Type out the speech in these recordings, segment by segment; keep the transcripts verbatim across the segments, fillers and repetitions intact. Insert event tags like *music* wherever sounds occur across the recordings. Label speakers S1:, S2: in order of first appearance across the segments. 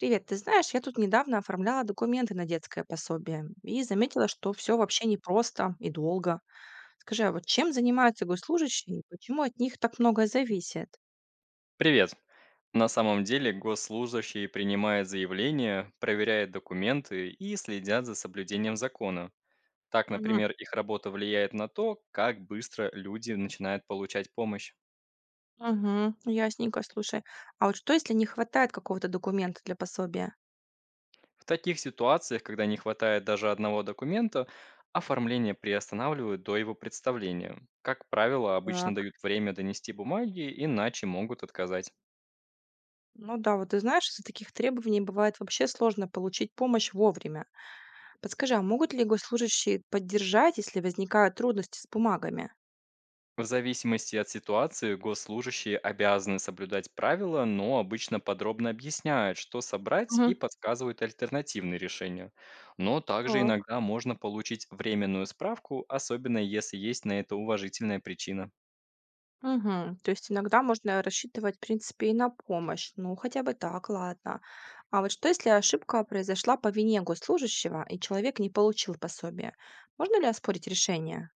S1: Привет, ты знаешь, я тут недавно оформляла документы на детское пособие и заметила, что все вообще непросто и долго. Скажи, а вот чем занимаются госслужащие и почему от них так многое зависит?
S2: Привет. На самом деле госслужащие принимают заявления, проверяют документы и следят за соблюдением закона. Так,
S1: Мгм.
S2: например, их работа влияет на то, как быстро люди начинают получать помощь.
S1: Угу, ясненько, слушай. А вот что, если не хватает какого-то документа для пособия?
S2: В таких ситуациях, когда не хватает даже одного документа, оформление приостанавливают до его представления. Как правило, обычно
S1: Так.
S2: дают время донести бумаги, иначе могут отказать.
S1: Ну да, вот ты знаешь, из-за таких требований бывает вообще сложно получить помощь вовремя. Подскажи, а могут ли госслужащие поддержать, если возникают трудности с бумагами?
S2: В зависимости от ситуации госслужащие обязаны соблюдать правила, но обычно подробно объясняют, что собрать и
S1: Мгм.
S2: подсказывают альтернативные решения. Но также
S1: Так.
S2: иногда можно получить временную справку, особенно если есть на это уважительная причина.
S1: Мгм. То есть иногда можно рассчитывать, в принципе, и на помощь. Ну, хотя бы так, ладно. А вот что, если ошибка произошла по вине госслужащего, и человек не получил пособие? Можно ли оспорить решение?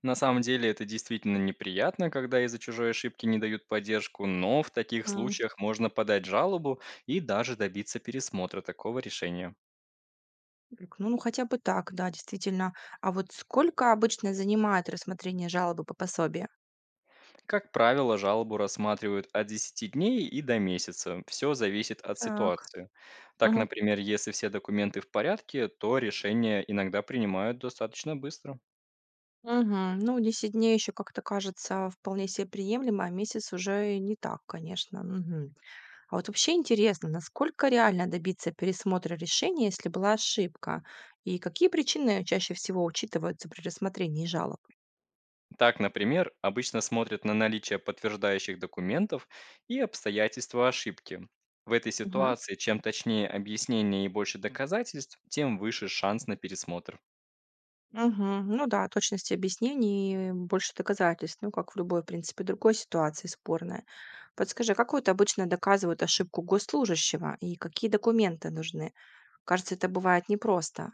S2: На самом деле это действительно неприятно, когда из-за чужой ошибки не дают поддержку, но в таких
S1: М,
S2: случаях можно подать жалобу и даже добиться пересмотра такого решения.
S1: так, Ну, ну, хотя бы так, да, действительно. А вот сколько обычно занимает рассмотрение жалобы по пособию?
S2: Как правило, жалобу рассматривают от десяти дней и до месяца. Все зависит от
S1: Так.
S2: ситуации. Так,
S1: Мгм.
S2: например, если все документы в порядке, то решение иногда принимают достаточно быстро.
S1: Мгм. Ну, десять дней еще как-то кажется вполне себе приемлемо, а месяц уже не так, конечно. Мгм. А вот вообще интересно, насколько реально добиться пересмотра решения, если была ошибка? И какие причины чаще всего учитываются при рассмотрении жалоб?
S2: Так, например, обычно смотрят на наличие подтверждающих документов и обстоятельства ошибки. В этой
S1: Ага.
S2: ситуации, чем точнее объяснение и больше доказательств, тем выше шанс на пересмотр.
S1: Мгм. Ну да, точность объяснений, больше доказательств, ну как в любой, в принципе, другой ситуации спорная. Подскажи, а как вот обычно доказывают ошибку госслужащего и какие документы нужны? Кажется, это бывает непросто.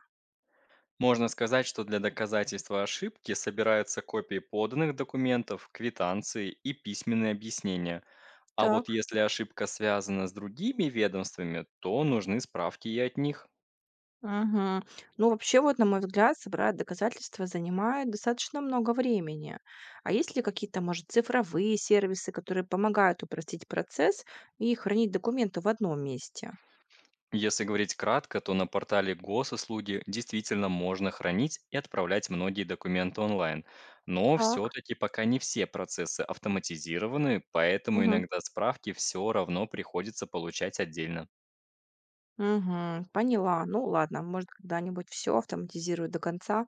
S2: Можно сказать, что для доказательства ошибки собираются копии поданных документов, квитанции и письменные объяснения. А
S1: Так.
S2: вот если ошибка связана с другими ведомствами, то нужны справки и от них.
S1: Мгм. Ну, вообще, вот, на мой взгляд, собрать доказательства занимает достаточно много времени. А есть ли какие-то, может, цифровые сервисы, которые помогают упростить процесс и хранить документы в одном месте?
S2: Если говорить кратко, то на портале госуслуги действительно можно хранить и отправлять многие документы онлайн. Но
S1: Так.
S2: все-таки пока не все процессы автоматизированы, поэтому
S1: Мгм.
S2: иногда справки все равно приходится получать отдельно.
S1: Мгм. Поняла. Ну, ладно, может, когда-нибудь все автоматизирую до конца.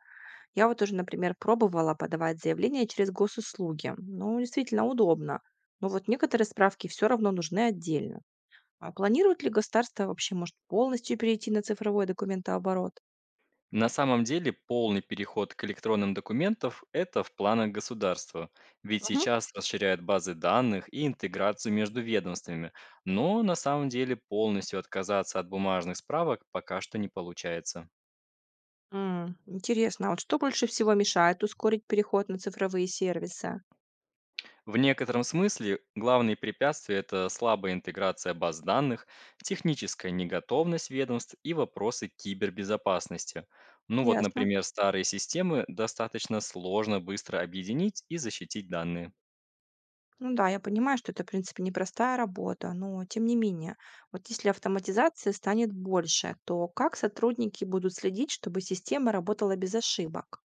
S1: Я вот уже, например, пробовала подавать заявление через госуслуги. Ну, действительно удобно. Но вот некоторые справки все равно нужны отдельно. А планирует ли государство вообще, может, полностью перейти на цифровой документооборот?
S2: На самом деле полный переход к электронным документам – это в планах государства, ведь
S1: Мгм.
S2: сейчас расширяют базы данных и интеграцию между ведомствами, но на самом деле полностью отказаться от бумажных справок пока что не получается.
S1: М, интересно, а вот что больше всего мешает ускорить переход на цифровые сервисы?
S2: В некотором смысле главные препятствия – это слабая интеграция баз данных, техническая неготовность ведомств и вопросы кибербезопасности. Ну вот,
S1: Ясно.
S2: например, старые системы достаточно сложно быстро объединить и защитить данные.
S1: Ну да, я понимаю, что это, в принципе, непростая работа, но тем не менее, вот если автоматизация станет больше, то как сотрудники будут следить, чтобы система работала без ошибок?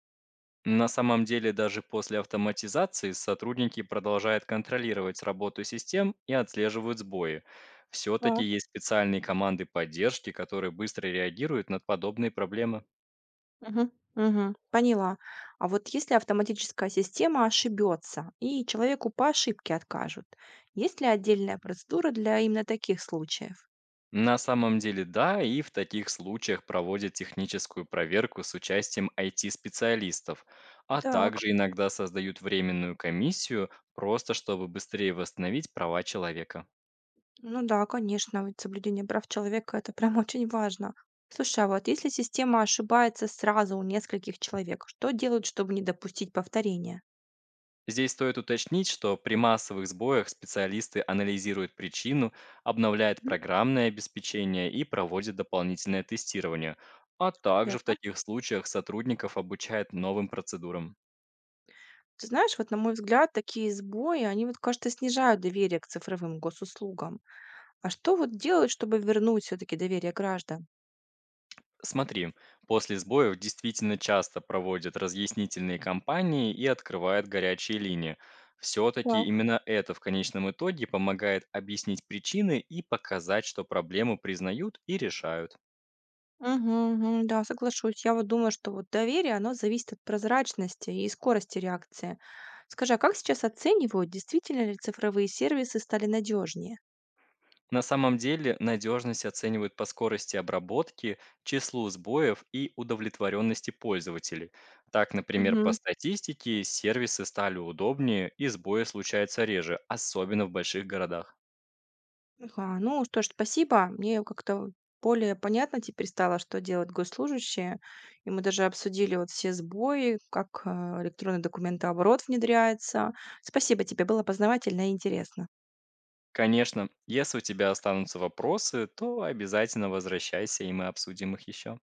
S2: На самом деле, даже после автоматизации сотрудники продолжают контролировать работу систем и отслеживают сбои. Все-таки
S1: Так.
S2: есть специальные команды поддержки, которые быстро реагируют на подобные проблемы.
S1: Мгм, мгм. Поняла. А вот если автоматическая система ошибется и человеку по ошибке откажут, есть ли отдельная процедура для именно таких случаев?
S2: На самом деле, да, и в таких случаях проводят техническую проверку с участием I T-специалистов, а
S1: Так,
S2: также иногда создают временную комиссию, просто чтобы быстрее восстановить права человека.
S1: ну да, конечно, ведь соблюдение прав человека это прям *laughs* очень важно. Слушай, а вот если система ошибается сразу у нескольких человек, что делают, чтобы не допустить повторения?
S2: Здесь стоит уточнить, что при массовых сбоях специалисты анализируют причину, обновляют
S1: Мгм,
S2: программное обеспечение и проводят дополнительное тестирование, а также в
S1: ясно.
S2: таких случаях сотрудников обучают новым процедурам.
S1: Ты знаешь, вот на мой взгляд, такие сбои, они вот, кажется, снижают доверие к цифровым госуслугам. А что вот делать, чтобы вернуть все-таки доверие граждан?
S2: Смотри, после сбоев действительно часто проводят разъяснительные кампании и открывают горячие линии. Все-таки
S1: Так.
S2: именно это в конечном итоге помогает объяснить причины и показать, что проблему признают и решают.
S1: Мгм, мгм, да, соглашусь. Я вот думаю, что вот доверие, оно зависит от прозрачности и скорости реакции. Скажи, а как сейчас оценивают, действительно ли цифровые сервисы стали надежнее?
S2: На самом деле надежность оценивают по скорости обработки, числу сбоев и удовлетворенности пользователей. Так, например, по
S1: Мгм.
S2: статистике сервисы стали удобнее и сбои случаются реже, особенно в больших городах.
S1: Ага, ну что ж, спасибо. Мне как-то более понятно теперь стало, что делают госслужащие. И мы даже обсудили вот все сбои, как э, электронный документооборот внедряется. Спасибо тебе, было познавательно и интересно.
S2: Конечно, если у тебя останутся вопросы, то обязательно возвращайся, и мы обсудим их еще.